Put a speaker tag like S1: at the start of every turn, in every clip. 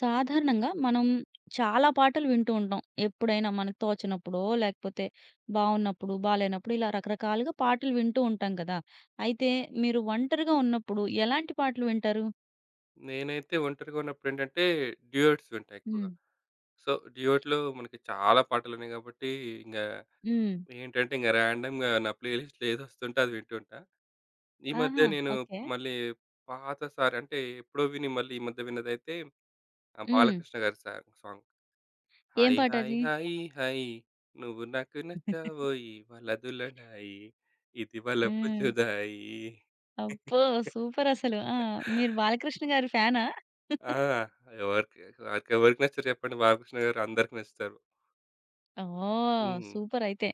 S1: సాధారణంగా మనం చాలా పాటలు వింటూ ఉంటాం. ఎప్పుడైనా మనకు తోచనప్పుడో, లేకపోతే బావున్నప్పుడు, బాలేనప్పుడు ఇలా రకరకాలుగా పాటలు వింటూ ఉంటాం కదా! అయితే మీరు ఒంటరిగా ఉన్నప్పుడు ఎలాంటి పాటలు వింటారు?
S2: నేనైతే ఒంటరిగా ఉన్నప్పుడేంటంటే, డ్యూయెట్స్ వింటా ఎక్కువగా.
S1: హ్మ్.
S2: సో, డ్యూయెట్‌లో మనకి చాలా పాటలున్నాయి గాబట్టి, ఇంగా
S1: హ్మ్.
S2: ఏంటంటే, ఇంగ ర్యాండమ్‌గా నా ప్లే లిస్ట్‌లో ఏదొస్తుంటే అది వింటూ ఉంటా. ఈ మధ్య
S1: ఆహా!
S2: నేను
S1: ఓకే.
S2: మళ్ళీ పాత సార్ అంటే, ఎప్పుడో విని మళ్ళీ ఈ మధ్య విన్నదైతే
S1: హ్మ్.
S2: బాలకృష్ణ గారి సాంగ్.
S1: ఏం
S2: 'హాయ్ హాయ్
S1: పాటది?
S2: హాయి హాయి నువ్వు నాకు నచ్చావోయి వలదులడాయి ఇది వలపు
S1: హ్మ్.
S2: జుదాయి.'
S1: అబ్బో! సూపరసలు. ఆ! మీరు బాలకృష్ణ గారి ఫ్యానా?
S2: ఆ! ఎవరికి నాకెవరికి నచ్చరు చెప్పండి. బాలకృష్ణ గారు అందరికి నచ్చుతారు.
S1: ఓహ్!
S2: హ్మ్.
S1: సూపరయితే.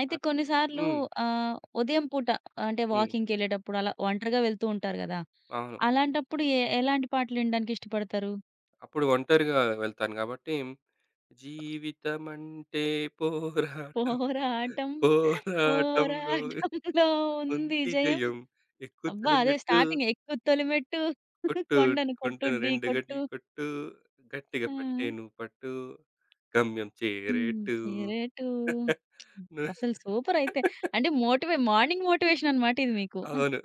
S1: అయితే
S2: అత్
S1: కొన్ని సార్లు
S2: హ్మ్.
S1: ఆహ్, ఉదయం పూట అంటే
S2: హ్మ్.
S1: వాకింగ్‌కెళ్ళేటప్పుడు అలా ఒంటరిగా వెళ్తూ ఉంటారు గదా!
S2: అవును.
S1: అలాంటప్పుడు ఎలాంటి పాటలు వినడానికి ఇష్టపడతారు?
S2: అప్పుడు ఒంటరిగా వెళ్తాను కాబట్టి, జీవితమంటే పోరాటం,
S1: పోరాటం
S2: పోరాటంలో
S1: పోరాటంలో ఉంది
S2: ఉంది
S1: జయం.
S2: జయం. ఎక్కు
S1: అబ్బా! అదే
S2: తొలిమెట్టు
S1: స్టార్టింగ్ ఎక్కు తొలిమెట్టు
S2: కొట్టు
S1: కొండను
S2: కొంటెను
S1: కొట్టుడ్డి
S2: రెండు గడి
S1: కొట్టు.
S2: కొట్టు, గట్టిగా
S1: ఆ!
S2: పట్టే నువ్వు పట్టు, గమ్యం
S1: హ్మ్.
S2: చేరేట్టు.
S1: చేరేటు
S2: ను
S1: అసలు సూపరయితే. అంటే మార్నింగ్ మోటివేషన్ అన్నమాట ఇది మీకు.
S2: అవును.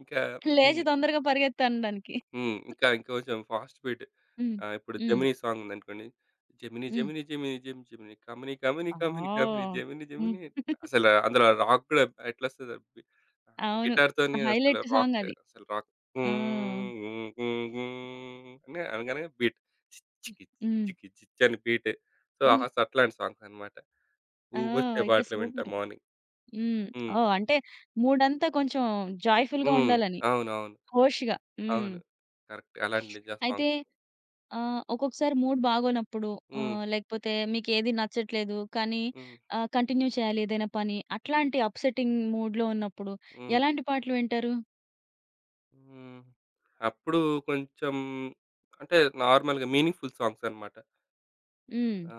S2: ఇంకా
S1: లేచి
S2: హ్మ్.
S1: తొందరగా పరిగెత్తనడానికి.
S2: హ్మ్. ఇంకా ఇంకొంచెం ఫాస్ట్ బీట్.
S1: హ్మ్.
S2: ఇప్పుడు
S1: హ్మ్.
S2: 'జెమినీ' సాంగ్ ఉందనుకోండి. 'జెమినీ
S1: హ్మ్.
S2: జెమినీ జెమినీ జెమ్ జెమినీ కమినీ కమినీ కమినీ కమినీ
S1: ఆ!
S2: జెమినీ జెమినీ'.
S1: హ్మ్.
S2: అసలు అందులో రాక్ గూడా ఎట్లొస్తదో
S1: అవును.
S2: గిటార్‌తోని అసలు
S1: హైలైట్ సాంగ్ అది.
S2: రాక్
S1: ఆ!
S2: అని అనగానే బీట్. చిచ్‌కి
S1: హ్మ్.
S2: చిచ్‌కి చిచ్ అని బీట్. సో, అట్లాంటి సాంగ్స్ అన్నమాట.
S1: ఆ!
S2: ఊబొచ్చే
S1: అయితే
S2: పాటలు వింటా
S1: సూపర్.
S2: మార్నింగ్.
S1: హ్మ్.
S2: హ్మ్.
S1: ఓహ్! అంటే మూడంతా కొంచెం జాయ్‌ఫుల్‌గా
S2: హ్మ్.
S1: ఉండాలని.
S2: అవునవును.
S1: హోష్‌గా. హ్మ్.
S2: అవును. కరెక్ట్. అలాంటి నిజ
S1: అయితే
S2: సాంగ్స్.
S1: ఒక్కొక్కసారి మూడ్ బాగోనప్పుడు
S2: హ్మ్.
S1: లేకపోతే మీకేది నచ్చట్లేదు కానీ
S2: హ్మ్.
S1: కంటిన్యూ చేయాలి ఏదైనా పని. అట్లాంటి అప్‌సెట్టింగ్ మూడ్‌లో ఉన్నప్పుడు
S2: హ్మ్.
S1: ఎలాంటి పాటలు వింటారు?
S2: హ్మ్. అప్పుడు కొంచెం అంటే నార్మల్‌గా మీనింగ్‌ఫుల్ సాంగ్స్ అన్నమాట.
S1: హ్మ్.
S2: ఆ!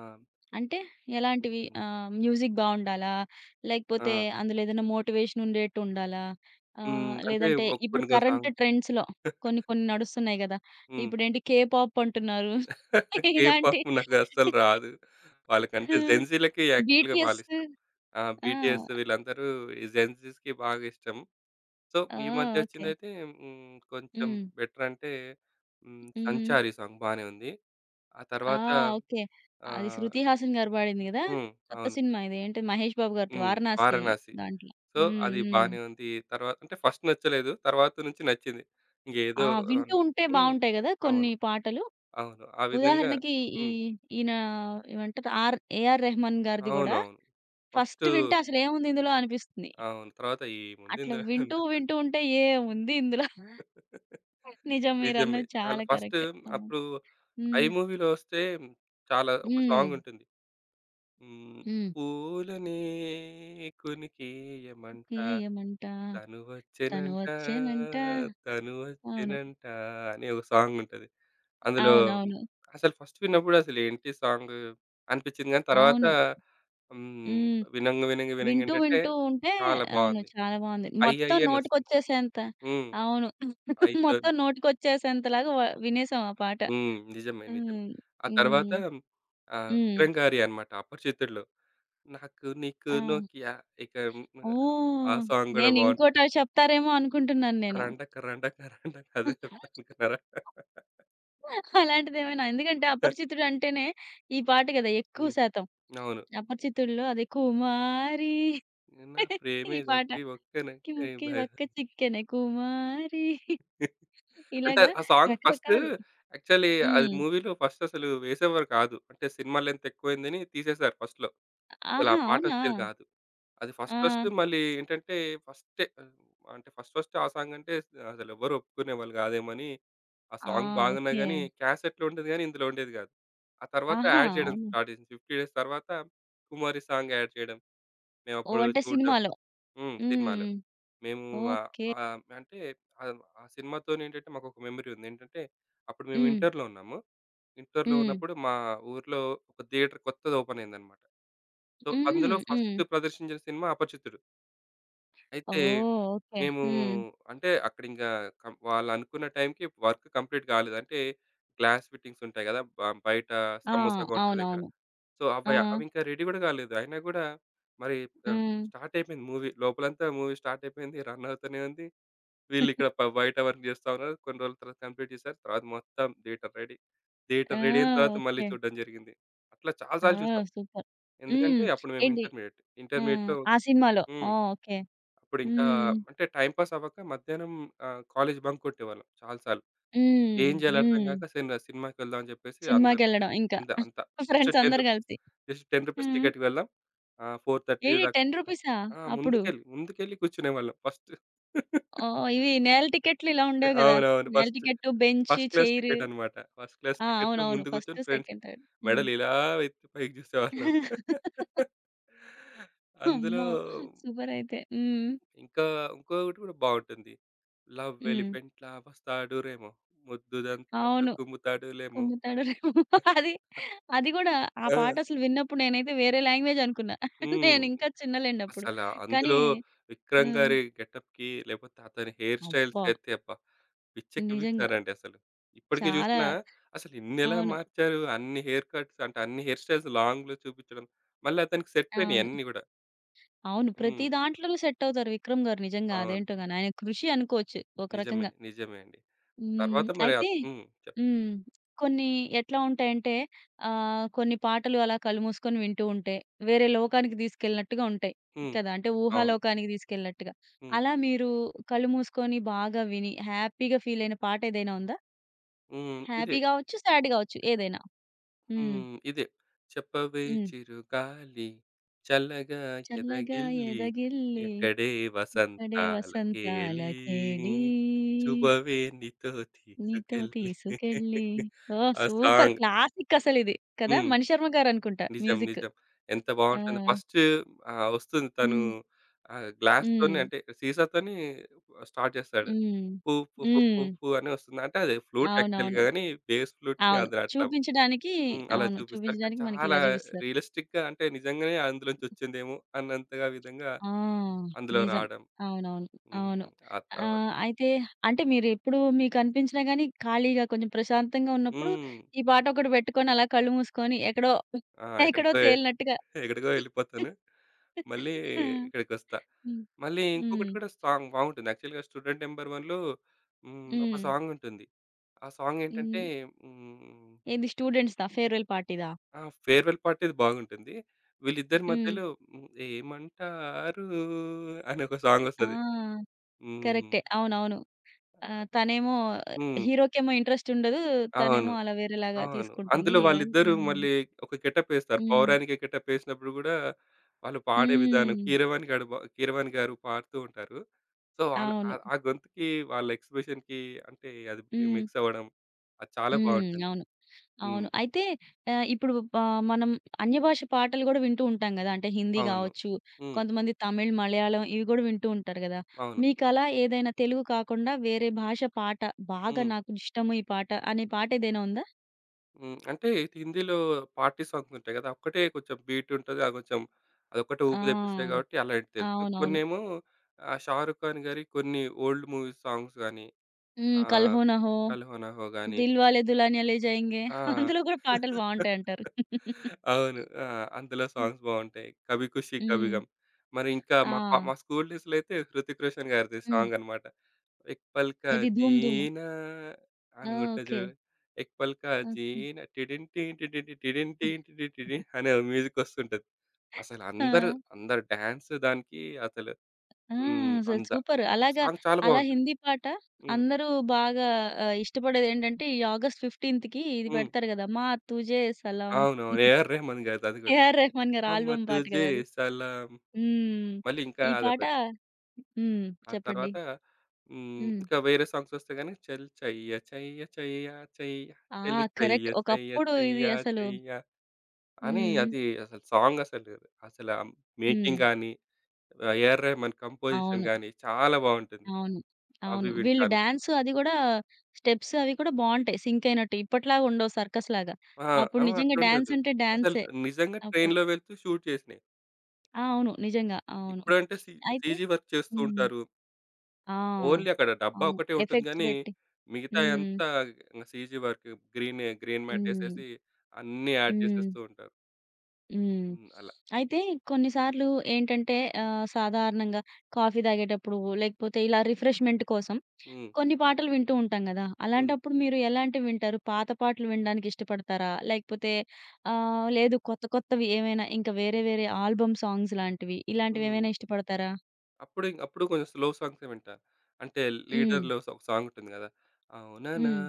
S1: అంటే ఎలాంటివి? మ్యూజిక్ బావుండాలా?
S2: ఆ!
S1: లేకపోతే అందులో ఏదైనా మోటివేషన్ ఉండేటుండాలా?
S2: హ్మ్. అంటే
S1: లేదంటే ఇప్పుడు
S2: కొన్ని కొన్ని
S1: కరెంట్
S2: సాంగ్.
S1: ట్రెండ్స్‌లో కొన్ని కొన్ని నడుస్తున్నాయి గదా!
S2: హ్మ్.
S1: ఇప్పుడేంటి కే పాప్ అంటున్నారు. ఇలాంటి
S2: కేపాప్ నాకస్సలు రాదు.
S1: ఆ!
S2: వాళ్ళకంటే జెన్‌జీలకి యాక్చువల్‌గా
S1: బీటీఎస్
S2: వాళ్ళిష్టం. ఆ!
S1: ఆ!
S2: బీటీఎస్ వీళ్ళందరూ ఈ జెన్‌జీస్‌కి బాగా ఇష్టం. సో,
S1: ఆ!
S2: ఈ మధ్య
S1: ఓకే.
S2: వచ్చిందైతే హ్మ్, కొంచెం
S1: హ్మ్.
S2: బెటర్ అంటే హ్మ్,
S1: హ్మ్.
S2: 'సంచారి' సాంగ్ బానే ఉంది. ఆ
S1: ఆ!
S2: తర్వాత
S1: ఓకే. అది
S2: ఆహ్,
S1: 'శృతి హాసన్' గారు పాడింది గదా!
S2: హ్మ్.
S1: కొత్త
S2: అవును.
S1: సినిమా ఇది ఏంటి 'మహేష్ బాబు' గారిది
S2: హ్మ్.
S1: 'వారణాసి'
S2: 'వారణాసి.'
S1: దాంట్లో.
S2: సో,
S1: హ్మ్.
S2: అది
S1: హ్మ్.
S2: బానే ఉంది. తర్వాత అంటే ఫస్ట్ నచ్చలేదు. తర్వాత నుంచి నచ్చింది.
S1: ఆ!
S2: ఇంకేదో ఆహ్,
S1: వింటూ ఉంటే
S2: హ్మ్.
S1: బావుంటాయి గదా! కొన్ని
S2: అవును.
S1: పాటలు.
S2: అవును. ఆ విధంగా
S1: ఉదాహరణకి ఈ
S2: హ్మ్.
S1: ఈయన ఏమంటారు ఏఆర్ రెహమాన్ గారిది గూడా
S2: అవునవును.
S1: ఫస్ట్
S2: ఫస్టు
S1: వింటే అసలేముంది ఇందులో అనిపిస్తుంది.
S2: అవును. తర్వాత ఏముంది
S1: అట్లా
S2: ఇందులో
S1: వింటూ,
S2: అనిపిస్తది.
S1: వింటూ ఉంటే ఏముంది ఇందులో నిజం
S2: నిజమే.
S1: మీరన్నది
S2: చాలా
S1: చాలా
S2: ఫస్ట్
S1: కరెక్ట్. అవును.
S2: అప్పుడు 'ఐ'
S1: హ్మ్.
S2: మూవీలో వస్తే చాలా ఒక
S1: హ్మ్.
S2: సాంగ్ ఉంటుంది. హ్మ్.
S1: హ్మ్.
S2: పూలనే కొనికేయమంట
S1: ఓకే. ఏమంట
S2: తను
S1: తను
S2: వచ్చెనంట,
S1: వచ్చేనంట.
S2: తను
S1: అవును.
S2: వచ్చెనంట అనే ఒక సాంగ్ ఉంటది. అందులో
S1: అవునవును.
S2: అసలు ఫస్ట్ విన్నప్పుడు అసలేంటి సాంగు అనిపిచ్చింది గానీ తర్వాత
S1: అవును.
S2: హ్మ్.
S1: హ్మ్.
S2: వినంగ వినంగ
S1: వింటూ,
S2: వినంగేంటంటే
S1: వింటూ ఉంటే
S2: చాలా
S1: అవును.
S2: బావుంది.
S1: చాలా బావుంది. మొత్తం
S2: 'అయ్యయ్యే' అనొస్తుంది.
S1: నోటికొచ్చేసేంత
S2: హ్మ్.
S1: అవును.
S2: 'ఐతన్'
S1: మొత్తం నోటికొచ్చేసేంతలాగా వినేసాం ఆ పాట.
S2: హ్మ్. నిజమే. నిజమే.
S1: హ్మ్.
S2: ఆ తర్వాత
S1: హ్మ్. హ్మ్.
S2: విక్రమ్ గారి అన్నమాట 'అపరిచితుడులో' నాకు నీకు
S1: ఆ!
S2: నోకియా ఇక హ్మ్. ఆ
S1: ఓహ్!
S2: సాంగ్ గూడా
S1: నేను
S2: బావుంటది.
S1: ఇంకోటవి చెప్తారేమో అనుకుంటున్నాను నేను.
S2: రండక రండక రండక అదే చెప్తా అనుకున్నారా?
S1: అలాంటిదేమైనా ఎందుకంటే అపరిచితుడు అంటేనే ఈ పాట గదా! ఎక్కువ
S2: హ్మ్.
S1: శాతం.
S2: అవును.
S1: అపరిచితుడులో అది కుమారి
S2: నా
S1: ఈ
S2: ప్రేమే
S1: పాటకి ముక్కి
S2: ఒక్కనొక్కై
S1: ముక్కి
S2: భయం.
S1: వక్క చిక్కెనే కుమారి
S2: అంటే
S1: ఇలాగా
S2: ఆ సాంగ్ ఫస్ట్
S1: రకరకాలు.
S2: యాక్చువల్లీ అది
S1: హ్మ్.
S2: మూవీలో ఫస్ట్ అసలు వేసేవారు కాదు. అంటే సినిమా లెంత్ ఎక్కువైందని తీసేశారు ఫస్ట్‌లో. అసలు ఆ
S1: ఆహా!
S2: పాట
S1: అవునా?
S2: వచ్చేది కాదు. అది
S1: ఆ!
S2: ఫస్ట్ ఫస్ట్ మళ్ళీ ఏంటంటే ఫస్టే ఆహ్, అంటే ఫస్ట్ ఫస్ట్ ఆ సాంగ్ అంటే అసలు ఎవరు ఒప్పుకునేవాళ్ళు కాదేమో అని ఆ
S1: ఆ!
S2: సాంగ్ బాగున్నా
S1: ఓకే.
S2: గాని క్యాసెట్‌లో ఉండేది గాని ఇందులో ఉండేది కాదు. ఆ తర్వాత
S1: ఆహా!
S2: యాడ్ చేయడం
S1: అవునా?
S2: స్టార్ట్ చేసింది. 50 డేస్ తర్వాత కుమారి సాంగ్ యాడ్ చేయడం.
S1: ఓహ్!
S2: మేమప్పుడు
S1: అంటే
S2: చూడడం.
S1: సినిమాలో.
S2: హ్మ్. సినిమాలో.
S1: హ్మ్.
S2: మేము ఆహ్,
S1: ఓకే.
S2: ఆహ్, అంటే ఆ సినిమాతోని ఏంటంటే మాకొక మెమరీ ఉంది. ఏంటంటే అప్పుడు మేము
S1: హ్మ్.
S2: ఇంటర్‌లో ఉన్నాము. ఇంటర్‌లో
S1: హ్మ్.
S2: ఉన్నప్పుడు మా ఊర్లో ఒక థియేటర్ కొత్తది ఓపెన్ అయిందన్నమాట. సో,
S1: హుహు.
S2: అందులో
S1: హ్మ్.
S2: ఫస్ట్ ప్రదర్శించిన సినిమా 'అపరిచితుడు.' అయితే
S1: ఓహ్! ఓకే.
S2: మేము
S1: హ్మ్.
S2: అంటే అక్కడ ఇంకా వాళ్ళనుకున్న టైంకి వర్క్ కంప్లీట్ కాలేదు. అంటే గ్లాస్ ఫిట్టింగ్స్ ఉంటాయి కదా! బయట
S1: ఆ!
S2: సమోసా కౌంటర్ దగ్గర.
S1: అవునవును.
S2: సో,
S1: ఆ!
S2: అవి అవి ఇంకా రెడీ కూడా కాలేదు. అయినా కూడా మరి ఆహ్,
S1: హ్మ్.
S2: స్టార్ట్ అయిపోయింది మూవీ. లోపలంతా మూవీ స్టార్ట్ అయిపోయింది. రన్ అవుతూనే ఉంది. వీళ్ళిక్కడ బయట వర్క్ జేస్తా ఉన్నారు. కొన్ని రోజుల తర్వాత కంప్లీట్ చేశారు. తర్వాత మొత్తం థియేటర్ రెడీ.
S1: ఆ!
S2: థియేటర్ రెడీ అయిన తర్వాత మళ్ళీ
S1: ఓకే.
S2: చూడడం జరిగింది. అట్లా చాలా
S1: ఆ!
S2: సార్లు చూసాం.
S1: సూపర్. హ్మ్.
S2: ఎందుకంటే అప్పుడు మేము
S1: ఏంటి
S2: ఇంటర్మీడియేట్.
S1: ఆ!
S2: ఇంటర్మీడియేట్‌లో
S1: ఆ సినిమాలో.
S2: హ్మ్.
S1: ఓహ్! ఓకే.
S2: అప్పుడు ఇంకా
S1: హ్మ్.
S2: అంటే టైమ్ పాస్ అవ్వక మధ్యాహ్నం కాలేజ్ బంక్ కొట్టేవాళ్ళం చాలా సార్లు.
S1: హ్మ్.
S2: ఏం జేయాలో అర్థం
S1: హ్మ్.
S2: గాక సినిమాకి వెళ్దాం అని జెప్పేసి అందరు
S1: సినిమాకెళ్ళడం ఇంకా.
S2: అంతే అంత జస్ట్ రూ.
S1: ఫ్రెండ్స్ అందరూ
S2: 10
S1: కలిసి.
S2: జస్ట్ రూ. 10
S1: హ్మ్.
S2: టికెట్‌కి వెళ్దాం. 4:30 దాకా
S1: ఏంటి రూ. 10
S2: ఆ!
S1: అప్పుడు?
S2: ముందుకెళ్ళి కూర్చునేవాళ్ళం ఫస్ట్.
S1: ఓహ్! ఇవి నేల టికెట్లు ఇలా ఉండేవి గదా!
S2: అవునవును.
S1: నేల
S2: first.
S1: Ticket, bench,
S2: first class
S1: chair.
S2: Ticket అన్నమాట. ఫస్ట్ క్లాస్
S1: ఆ!
S2: టికెట్‌లో
S1: అవునవును.
S2: ముందు
S1: ఫస్ట్,
S2: కూర్చొని ఫ్రెండ్స్
S1: సెకండ్, థర్డ్. హ్మ్.
S2: మెడలు ఇలా ఎత్తి పైకి చూసేవాళ్ళం. అందులో
S1: అమ్మో! సూపర్ అయితే. హ్మ్.
S2: ఇంకా ఇంకొకటి కూడా బావుంటుంది. లవ్
S1: హ్మ్.
S2: ఎలిఫెంట్‌లా వస్తాడురేమో, ముద్దుదంతాలతో
S1: అవును.
S2: కుమ్ముతాడులేమో.
S1: కుమ్ముతాడు రేమో. అది అది గూడా ఆ
S2: ఆ!
S1: పాటసలు విన్నప్పుడు నేనైతే వేరే లాంగ్వేజ్ అనుకున్నా.
S2: హ్మ్.
S1: నేనింకా చిన్నలేండి అప్పుడు.
S2: అసల
S1: కానీ
S2: అందులో విక్రమ్
S1: హ్మ్.
S2: గారి గెటప్‌కి లేకపోతే అతని హెయిర్
S1: అబ్బా!
S2: స్టైల్స్‌కైతే అబ్బ!
S1: నిజంగా.
S2: పిచ్చెక్కిపిస్తారండి అసలు. ఇప్పటికి
S1: చాలా
S2: చూసినా అసలు ఇన్నెలా
S1: అవును.
S2: మార్చారు? అన్ని హెయిర్ కట్స్ అంటే అన్ని హెయిర్ స్టైల్స్ లాంగ్‌లో చూపించడం. మళ్ళీ అతనికి సెట్ అయినాయి
S1: అవును.
S2: అన్నీ గూడా.
S1: అవును. ప్రతి
S2: హ్మ్.
S1: దాంట్లోనూ సెట్టవుతారు విక్రమ్ గారు నిజంగా.
S2: అవును.
S1: అదేంటో గాని ఆయన కృషి అనుకోవచ్చు ఒక
S2: నిజమే.
S1: రకంగా.
S2: నిజమే అండి.
S1: హ్మ్.
S2: తర్వాత మరి
S1: అయితే
S2: అత్ హ్మ్. చెప్
S1: హ్మ్. కొన్ని ఎట్లా ఉంటాయంటే కొన్ని పాటలు అలా కళ్ళు మూసుకొని వింటూ ఉంటే, వేరే లోకానికి తీసుకెళ్ళినట్టుగా ఉంటాయి
S2: హ్మ్.
S1: కదా! అంటే
S2: అవును.
S1: ఊహాలోకానికి తీసుకెళ్ళినట్టుగా.
S2: హ్మ్.
S1: అలా మీరు కళ్ళు మూసుకొని బాగా విని హ్యాపీగా ఫీల్ అయిన పాట ఏదైనా ఉందా?
S2: హ్మ్. ఇదే.
S1: హ్యాపీ గావచ్చు, సాడ్ గావచ్చు ఏదైనా? హ్మ్.
S2: హ్మ్. ఇదే. చెప్పవే
S1: హ్మ్.
S2: చిరుగాలి చల్లగా
S1: చల్లగా
S2: ఎదగిల్లి
S1: ఎదగిల్లి
S2: ఎక్కడే
S1: ఇక్కడే వసంతాల
S2: వసంతాలకేలి
S1: కేడీ
S2: చూపవే నీతో
S1: నీతో
S2: తీసుకెళ్ళి.
S1: తీసుకెళ్ళి. ఓహ్!
S2: ఆ
S1: సూపర్
S2: సాంగ్.
S1: క్లాసిక్ అసలిది. కదా!
S2: హ్మ్.
S1: మణిశర్మ గారనుకుంటా
S2: నిజం.
S1: మ్యూజిక్.
S2: నిజం. ఎంత
S1: ఆ!
S2: బావుంటుంది. ఫస్ట్ వస్తుంది తను
S1: హ్మ్. హ్మ్.
S2: గ్లాస్‌తోని అంటే సీసాతోని స్టార్ట్ చేస్తాడు.
S1: హ్మ్.
S2: పు పు పు పు
S1: హ్మ్.
S2: పు అని వస్తుంది. అంటే అది ఫ్లూట్ యాక్చువల్‌గా
S1: అవునవును.
S2: గాని బేస్ ఫ్లూట్‌కి
S1: అవును.
S2: అది అట్లా
S1: చూపించడానికి
S2: హ్మ్. అలా
S1: అవును.
S2: చూపిస్తారు. కానీ
S1: చూపించడానికి మనకిలా
S2: చాలా
S1: చూపిస్తారు.
S2: రియలిస్టిక్‌గా అంటే నిజంగానే అందులో నుంచి వచ్చిందేమో అన్నంతగా విధంగా
S1: ఆ!
S2: అందులో
S1: నిజం.
S2: రావడం.
S1: అవునవును.
S2: హ్మ్.
S1: అవును.
S2: ఆ తర్వాత
S1: అయితే అంటే మీరెప్పుడు మీకనిపించినా గానీ ఖాళీగా కొంచెం ప్రశాంతంగా ఉన్నప్పుడు
S2: హ్మ్.
S1: ఈ పాటొకటి పెట్టుకొని అలా కళ్ళు మూసుకొని ఎక్కడో
S2: ఆ!
S1: ఎక్కడో
S2: ఎక్కడికో
S1: తేలినట్టుగా
S2: ఎక్కడికో వెళ్ళిపోతాను. మళ్ళీ
S1: హ్మ్.
S2: ఇక్కడికొస్తా.
S1: హ్మ్.
S2: మళ్ళీ
S1: హ్మ్.
S2: ఇంకొకటి కూడా సాంగ్ బాగుంటుంది. యాక్చువల్‌గా 'స్టూడెంట్ నంబర్ వన్‌లో' హ్మ్. ఒక
S1: హ్మ్.
S2: సాంగ్ ఉంటుంది. ఆ సాంగ్ ఏంటంటే
S1: హ్మ్.
S2: హ్మ్.
S1: ఏది స్టూడెంట్స్‌దా? ఫేర్‌వెల్ పార్టీదా?
S2: ఆ! ఫేర్‌వెల్ పార్టీది బాగుంటుంది. వీళ్ళిద్దరి
S1: హ్మ్.
S2: మధ్యలో హ్మ్. ఏమంటారు అని ఒక సాంగొస్తది.
S1: ఆ!
S2: హ్మ్.
S1: కరెక్టే. అవునవును. తనేమో
S2: హ్మ్.
S1: హీరోకేమో ఇంట్రెస్ట్ ఉండదు. తనేమో
S2: అవును.
S1: అలా వేరేలాగా
S2: అవును.
S1: తీసుకుంటుంది
S2: అందులో
S1: హీరోయిన్.
S2: వాళ్ళిద్దరూ
S1: హ్మ్.
S2: మళ్ళీ ఒక గెటప్ ఏస్తారు.
S1: హ్మ్.
S2: 'పౌరాణిక' గెటప్ ఏసినప్పుడు గూడా వాళ్ళు పాడే విధానం
S1: హ్మ్.
S2: 'కీరవాణి' గాడు బా 'కీరవాణి' గారు పాడుతూ ఉంటారు. సో, వాళ్ళ ఆ
S1: అవును.
S2: ఆ గొంతుకి వాళ్ళ ఎక్స్‌ప్రెషన్‌కి అంటే అది
S1: హ్మ్.
S2: మిక్స్ అవ్వడం అది చాలా
S1: హ్మ్.
S2: బావుంటుంది.
S1: అవును.
S2: హ్మ్.
S1: అవును. అయితే ఇప్పుడు మనం అన్య భాష పాటలు గూడా వింటూ ఉంటాం గదా! అంటే హిందీ
S2: అవును.
S1: గావచ్చు,
S2: హ్మ్.
S1: కొంతమంది తమిళ్, మలయాళం ఇవి గూడా వింటూ ఉంటారు గదా!
S2: అవును.
S1: మీకలా ఏదైనా తెలుగు కాకుండా వేరే భాష పాట బాగా
S2: హ్మ్.
S1: నాకు ఇష్టము ఈ పాట అనే పాట ఏదైనా ఉందా?
S2: హ్మ్. అంటే ఇది హిందీలో పార్టీ సాంగ్స్ ఉంటాయి గదా! ఒక్కటే కొంచెం బీట్ ఉంటది. అది కొంచెం అదొక్కటే
S1: ఆ!
S2: ఊపు తెప్పిస్తాయి కాబట్టి అలాంటివి తెలుసు.
S1: అవునవును.
S2: కొన్నేమో 'షారుఖ్ ఖాన్' గారి కొన్ని ఓల్డ్ మూవీ సాంగ్స్ గాని
S1: హ్మ్.
S2: ఆ!
S1: 'కల్ హో నా హో',
S2: 'కల్ హో నా హో' గాని
S1: 'దిల్‌వాలే దుల్హనియా లే జాయేంగే'
S2: ఆ!
S1: అందులో కూడా పాటలు బావుంటాయంటారు.
S2: అవును. ఆ! అందులో
S1: హ్మ్.
S2: సాంగ్స్ బావుంటాయి. 'కభీ ఖుషీ కభీ
S1: హ్మ్.
S2: గమ్'. మరి ఇంకా
S1: ఆ!
S2: మా కా మా స్కూల్ డేస్‌లో అయితే 'హృతిక్ రోషన్' గారిది
S1: హ్మ్.
S2: సాంగ్ అన్నమాట. 'ఎక్ పల్ కా
S1: ఇది 'ధూమ్ ధూమ్.'
S2: జీనా'
S1: ఆ!
S2: అనుకుంటా
S1: ఓకే.
S2: చూడు. 'ఎక్ పల్ కా
S1: ఓకే.
S2: జీనా టిడిన్ టీ టిడిన్ టీ టిడిన్ టీ టిడిన్ టిడిన్' అనే మ్యూజిక్ వస్తుంటది. అసలు
S1: ఆ!
S2: అందరూ అందరు డాన్స్ దానికి అసలు
S1: ఆ!
S2: హ్మ్.
S1: అసలు
S2: అంత
S1: సూపర్. అలాగా
S2: సాంగ్ చాలా
S1: అలా
S2: బావుంటుంది.
S1: హిందీ పాట
S2: హ్మ్.
S1: అందరూ బాగా ఇష్టపడేదేంటంటే ఈ ఆగస్ట్ 15కి ఇది
S2: హ్మ్.
S1: పెడతారు కదా! 'మా తుజే సలాం'
S2: అవునవును. 'ఏఆర్ రెహమాన్' గారిది అది కూడా.
S1: ఏఆర్ రెహమాన్ గారి ఆల్బమ్
S2: మొహమ్మద్
S1: పాట కదా!
S2: తుజే
S1: అది.
S2: సలాం.
S1: హ్మ్.
S2: మళ్ళీ ఇంకా
S1: ఈ పాట
S2: అదొకటి.
S1: హ్మ్.
S2: ఆ
S1: చెప్పండి.
S2: తర్వాత హ్మ్.
S1: హ్మ్.
S2: ఇంకా వేరే సాంగ్స్ వస్తే గాని చల్ చయ్య చయ్య చయ్య చయ్య
S1: ఆ!
S2: చెలి చయ్య
S1: కరెక్ట్.
S2: చయ్య
S1: ఒకప్పుడు ఇది
S2: చయ్య
S1: అసలు
S2: చయ్య అని
S1: హ్మ్.
S2: అది అసలు సాంగ్ అసలు. అసల
S1: హ్మ్.
S2: మేకింగ్ గాని, ఏఆర్ రెహమాన్ కంపోజిషన్
S1: అవును.
S2: గాని చాలా బావుంటుంది.
S1: అవును. అవును.
S2: అవి
S1: వీళ్ళు
S2: వింటాను.
S1: డాన్స్ అది గూడా స్టెప్స్ అవి కూడా బావుంటాయి సింక్ అయినట్టు. ఇప్పటిలాగా ఉండవు సర్కస్‌లాగా.
S2: ఆ!
S1: అప్పుడు
S2: ఆ!
S1: నిజంగా డాన్స్
S2: అట్లుండదు.
S1: అంటే
S2: అసలు
S1: డాన్సే
S2: నిజంగా
S1: అప్పుడు.
S2: ట్రైన్‌లో వెళ్తూ షూట్ చేసినయి.
S1: ఆ! అవును. నిజంగా. అవును.
S2: ఇప్పుడంటే
S1: అయితే
S2: సీజీ వర్క్ చేస్తూ
S1: హ్మ్.
S2: ఉంటారు.
S1: ఆ!
S2: ఓన్లీ అక్కడ డబ్బా
S1: అవును.
S2: ఒకటే ఉంటుంది
S1: ఎఫెక్ట్స్
S2: గానీ,
S1: బెట్టి. హ్మ్.
S2: మిగతాయంతా ఇంగ CG work. Green green mat
S1: హ్మ్.
S2: ఏసేసి అన్నీ యాడ్
S1: హ్మ్.
S2: చేసేస్తూ ఉంటారు.
S1: హ్మ్.
S2: హ్మ్. అలా.
S1: అయితే కొన్నిసార్లు ఏంటంటే సాధారణంగా కాఫీ తాగేటప్పుడు లేకపోతే ఇలా రిఫ్రెష్‌మెంట్ కోసం
S2: హ్మ్.
S1: కొన్ని పాటలు వింటూ ఉంటాం గదా!
S2: హ్మ్.
S1: అలాంటప్పుడు మీరు ఎలాంటివి వింటారు? పాత పాటలు వినడానికి ఇష్టపడతారా? లేకపోతే లేదు కొత్త కొత్తవి ఏమైనా ఇంకా వేరే వేరే ఆల్బమ్ సాంగ్స్ లాంటివి
S2: హ్మ్.
S1: ఇలాంటివేమైనా ఇష్టపడతారా?
S2: అప్పుడు కొంచెం స్లో సాంగ్సే వింటా. అంటే
S1: హ్మ్.
S2: 'లీడర్‌లో' ఒక సాంగ్ ఉంటుంది కదా! అవుననా,
S1: హ్మ్.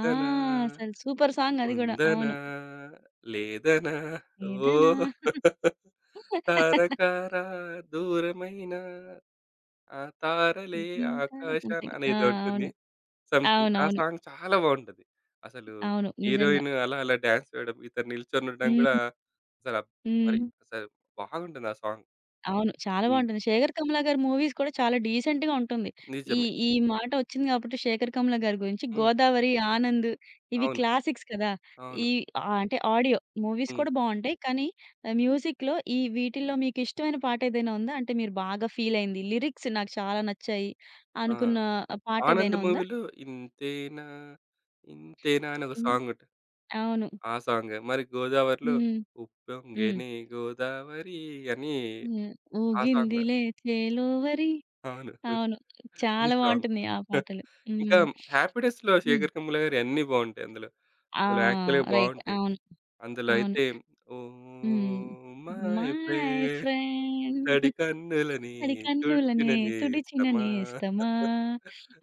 S1: ఆ! అసలు సూపర్ సాంగ్ అది గూడా.
S2: ఉందనా,
S1: అవును.
S2: లేదనా,
S1: ఏదనా
S2: ఓహ్! తారకారా దూరమైన ఆ తారలే
S1: జీవితాన
S2: ఆకాశాన
S1: సంథింగ్. ఆ!
S2: అనేదో
S1: అవును.
S2: ఉంటుంది. సంథింగ్. ఆ
S1: అవునవును.
S2: సాంగ్ చాలా బావుంటది. అసలు
S1: అవును. నిజంగా.
S2: హీరోయిన్ అలా అలా డాన్స్ వేయడం, ఇతను నిల్చొనుండడం గూడా
S1: హ్మ్.
S2: అసల మరి
S1: హ్మ్.
S2: అసలు బాగుంటుంది ఆ సాంగ్.
S1: అవును. చాలా
S2: హ్మ్.
S1: బావుంటుంది. 'శేఖర్ కమ్ల' గారి మూవీస్ కూడా చాలా డీసెంట్‌గా ఉంటుంది. ఈ
S2: నిజమే.
S1: ఈ మాట వచ్చింది కాబట్టి 'శేఖర్ కమ్ల' గారి గురించి
S2: హ్మ్.
S1: 'గోదావరి', 'ఆనంద్' ఇవి
S2: అవును.
S1: క్లాసిక్స్ కదా!
S2: అవును.
S1: ఈ అంటే ఆడియో మూవీస్
S2: హ్మ్.
S1: కూడా బావుంటాయి. కానీ మ్యూజిక్‌లో ఈ వీటిల్లో మీకు ఇష్టమైన పాట ఏదైనా ఉందా? అంటే మీరు బాగా ఫీల్ అయింది. లిరిక్స్ నాకు చాలా నచ్చాయి
S2: ఆ!
S1: అనుకున్న పాట
S2: 'ఆనంద్'
S1: ఏదైనా ఉందా?
S2: మూవీలో 'ఇంతేనా ఇంతేనా' అని ఒక
S1: హ్మ్.
S2: సాంగ్ ఉంటది.
S1: అవును.
S2: ఆ సాంగ్. మరి 'గోదావరిలో'
S1: హ్మ్. హ్మ్.
S2: 'ఉప్పొంగెనే గోదావరి' అని
S1: హ్మ్.
S2: ఆ సాంగ్.
S1: ఊగిందిలే చేలోవరి
S2: అవును.
S1: అవును.
S2: ఈ
S1: చాలా
S2: సాంగ్.
S1: బావుంటుంది ఆ పాటలు.
S2: ఇంకా
S1: హ్మ్.
S2: 'హ్యాపీ డేస్‌లో'
S1: హ్మ్.
S2: 'శేఖర్ కమ్ముల' గారియి అన్నీ బావుంటాయి అందులో.
S1: ఆ!
S2: అందులో యాక్చువల్‌గా
S1: రైట్.
S2: బావుంటాయి.
S1: అవును.
S2: అందులో
S1: అవును.
S2: అయితే ఓ
S1: హ్మ్.
S2: మై
S1: మై
S2: ప్రేమ్
S1: ఫ్రెండ్
S2: తడి కన్నులని
S1: తడి
S2: తుడిచిన
S1: కన్నులనే తుడిచిన
S2: నేస్తమా.
S1: నేస్తమా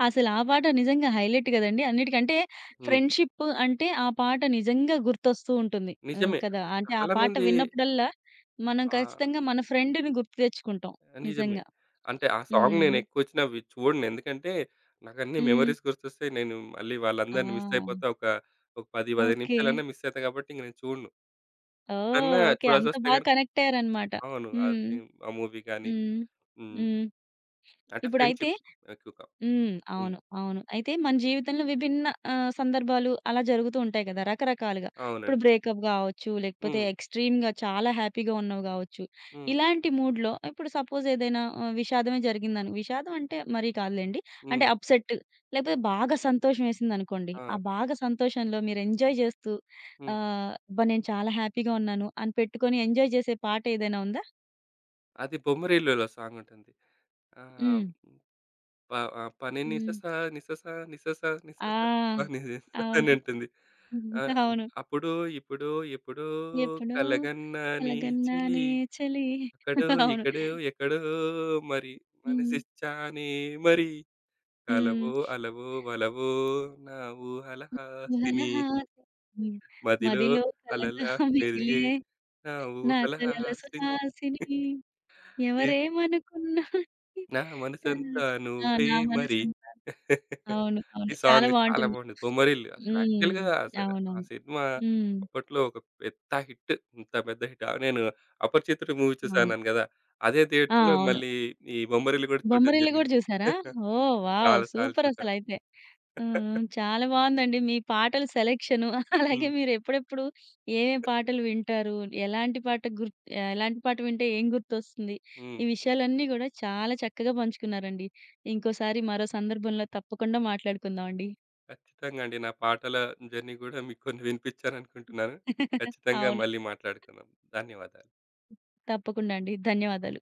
S1: అసలు ఆ పాట నిజంగా హైలైట్ కదండీ. అన్నిటికంటే
S2: హ్మ్.
S1: ఫ్రెండ్‌షిప్ అంటే ఆ పాట నిజంగా గుర్తొస్తూ ఉంటుంది. హ్మ్.
S2: నిజమే.
S1: కదా!
S2: అంటే
S1: అంటే ఆ
S2: చాలా
S1: పాట
S2: మంది
S1: విన్నప్పుడల్లా మనం
S2: ఆహ్,
S1: ఖచ్చితంగా మన ఫ్రెండ్‌ని గుర్తు తెచ్చుకుంటాం.
S2: నిజమే.
S1: నిజంగా.
S2: అంటే ఆ సాంగ్
S1: హ్మ్.
S2: నేను ఎక్కువొచ్చినా అవి చూడను. ఎందుకంటే నాకన్నీ
S1: హ్మ్.
S2: మెమోరీస్ గుర్తొస్తాయి. నేను మళ్ళీ
S1: ఆ!
S2: వాళ్ళందరిని మిస్ అయిపోతా. ఒక ఒక 10, 15
S1: ఓకే.
S2: నిమిషాలన్నా మిస్ అయితా కాబట్టి ఇంక నేను చూడను.
S1: ఓహ్!
S2: ఎప్పుడన్నా
S1: ఓకే. అంత
S2: చూడాల్సొస్తే
S1: బాగా
S2: గనుక
S1: కనెక్ట్ అయ్యారన్నమాట.
S2: అవును.
S1: హ్మ్.
S2: ఆ మూవీ గాని
S1: హ్మ్.
S2: హ్మ్.
S1: హ్మ్.
S2: అంటే
S1: ఇప్పుడైతే
S2: ఫ్రెండ్‌షిప్ ఎక్కువగా.
S1: హ్మ్.
S2: హ్మ్.
S1: అవును. అవును. అయితే మన జీవితంలో విభిన్న సందర్భాలు అలా జరుగుతూ ఉంటాయి కదా! రకరకాలుగా. ఇప్పుడు
S2: అవునండి.
S1: బ్రేకప్ గావచ్చు, లేకపోతే
S2: హ్మ్.
S1: ఎక్స్‌ట్రీమ్‌గా చాలా హ్యాపీగా ఉన్నవి గావచ్చు.
S2: హ్మ్.
S1: ఇలాంటి మూడ్‌లో ఇప్పుడు సపోజ్ ఏదైనా విషాదమే జరిగిందను విషాదం అంటే మరీ కాదులెండి.
S2: హ్మ్.
S1: అంటే అప్‌సెట్ లేకపోతే బాగా సంతోషం వేసిందనుకోండి. ఆ
S2: ఆ!
S1: బాగా సంతోషంలో మీరు ఎంజాయ్ చేస్తూ
S2: హ్మ్.
S1: అబ్బా! నేను చాలా హ్యాపీగా ఉన్నాను అని పెట్టుకొని ఎంజాయ్ చేసే పాట ఏదైనా ఉందా?
S2: అది 'బొమ్మరిల్లు'లో సాంగుంటుంది. ఆహ్,
S1: హ్మ్.
S2: ప పని
S1: హ్మ్.
S2: నిసస నిసస నిసస
S1: ఆ!
S2: నిసస పని నిస
S1: అవును.
S2: అని ఉంటుంది. ఆహ్,
S1: అవును.
S2: అప్పుడు, ఇప్పుడు, ఎప్పుడో
S1: ఎప్పుడో
S2: కలగన్నా నీ చెలి
S1: కలగన్నానే చలి.
S2: అక్కడో,
S1: అవును.
S2: ఇక్కడో, ఎక్కడో మరి
S1: హ్మ్.
S2: మనసిచ్చానే మరి
S1: హ్మ్.
S2: కలవో, అలవో, వలవో నా ఊహల హాసిని
S1: కుహలహాసిని
S2: మదిలో
S1: మదిలో కలగా
S2: అలలా పెరిగే
S1: మిగిలే
S2: నా
S1: నా
S2: ఊహల
S1: కలల
S2: హాసిని.
S1: సుహాసిని. ఎవరేమనుకున్నా
S2: నా
S1: కాదు.
S2: మనసంతా
S1: ఆ!
S2: నువ్వే
S1: నా
S2: మరి.
S1: మనసంతా. అవును. అవును.
S2: ఈ
S1: చాలా
S2: సాంగ్ చాలా
S1: బావుంటుంది.
S2: బాగుండేది. 'బొమ్మరిల్లు' అసలు
S1: హ్మ్.
S2: యాక్చువల్‌గా అసలు ఆ
S1: అవునవును.
S2: సినిమా
S1: హ్మ్.
S2: అప్పట్లో ఒక పెద్ద హిట్. ఇంత పెద్ద హిట్. నేను 'అపరిచితుడు' మూవీ
S1: అవును.
S2: చూసానన్నాను గదా! అదే
S1: ఆ!
S2: థియేటర్‌లో
S1: అవును.
S2: మళ్ళీ ఈ 'బొమ్మరిల్లు' గూడా చూడడం
S1: బొమ్మరిల్లు గూడా
S2: జరిగింది.
S1: చూసారా? ఓహ్! వావ్!
S2: చాలా సార్లు చూసా.
S1: సూపరసలైతే. ఆ! చాలా బావుందండి. మీ పాటల సెలక్షను అలాగే
S2: హ్మ్.
S1: మీరెప్పుడెప్పుడు ఏమేం పాటలు వింటారు? ఎలాంటి పాట గుర్ ఎలాంటి పాట వింటే ఏం గుర్తొస్తుంది?
S2: హ్మ్.
S1: ఈ విషయాలన్నీ గూడా చాలా చక్కగా పంచుకున్నారండి. ఇంకోసారి మరో సందర్భంలో తప్పకుండా మాట్లాడుకుందామండి.
S2: ఖచ్చితంగా అండి. నా పాటల జర్నీ గూడా మీకు కొన్ని వినిపించాననుకుంటున్నాను. ఖచ్చితంగా
S1: అవును.
S2: మళ్ళీ మాట్లాడుకుందాం. ధన్యవాదాలు.
S1: తప్పకుండా అండి. ధన్యవాదాలు.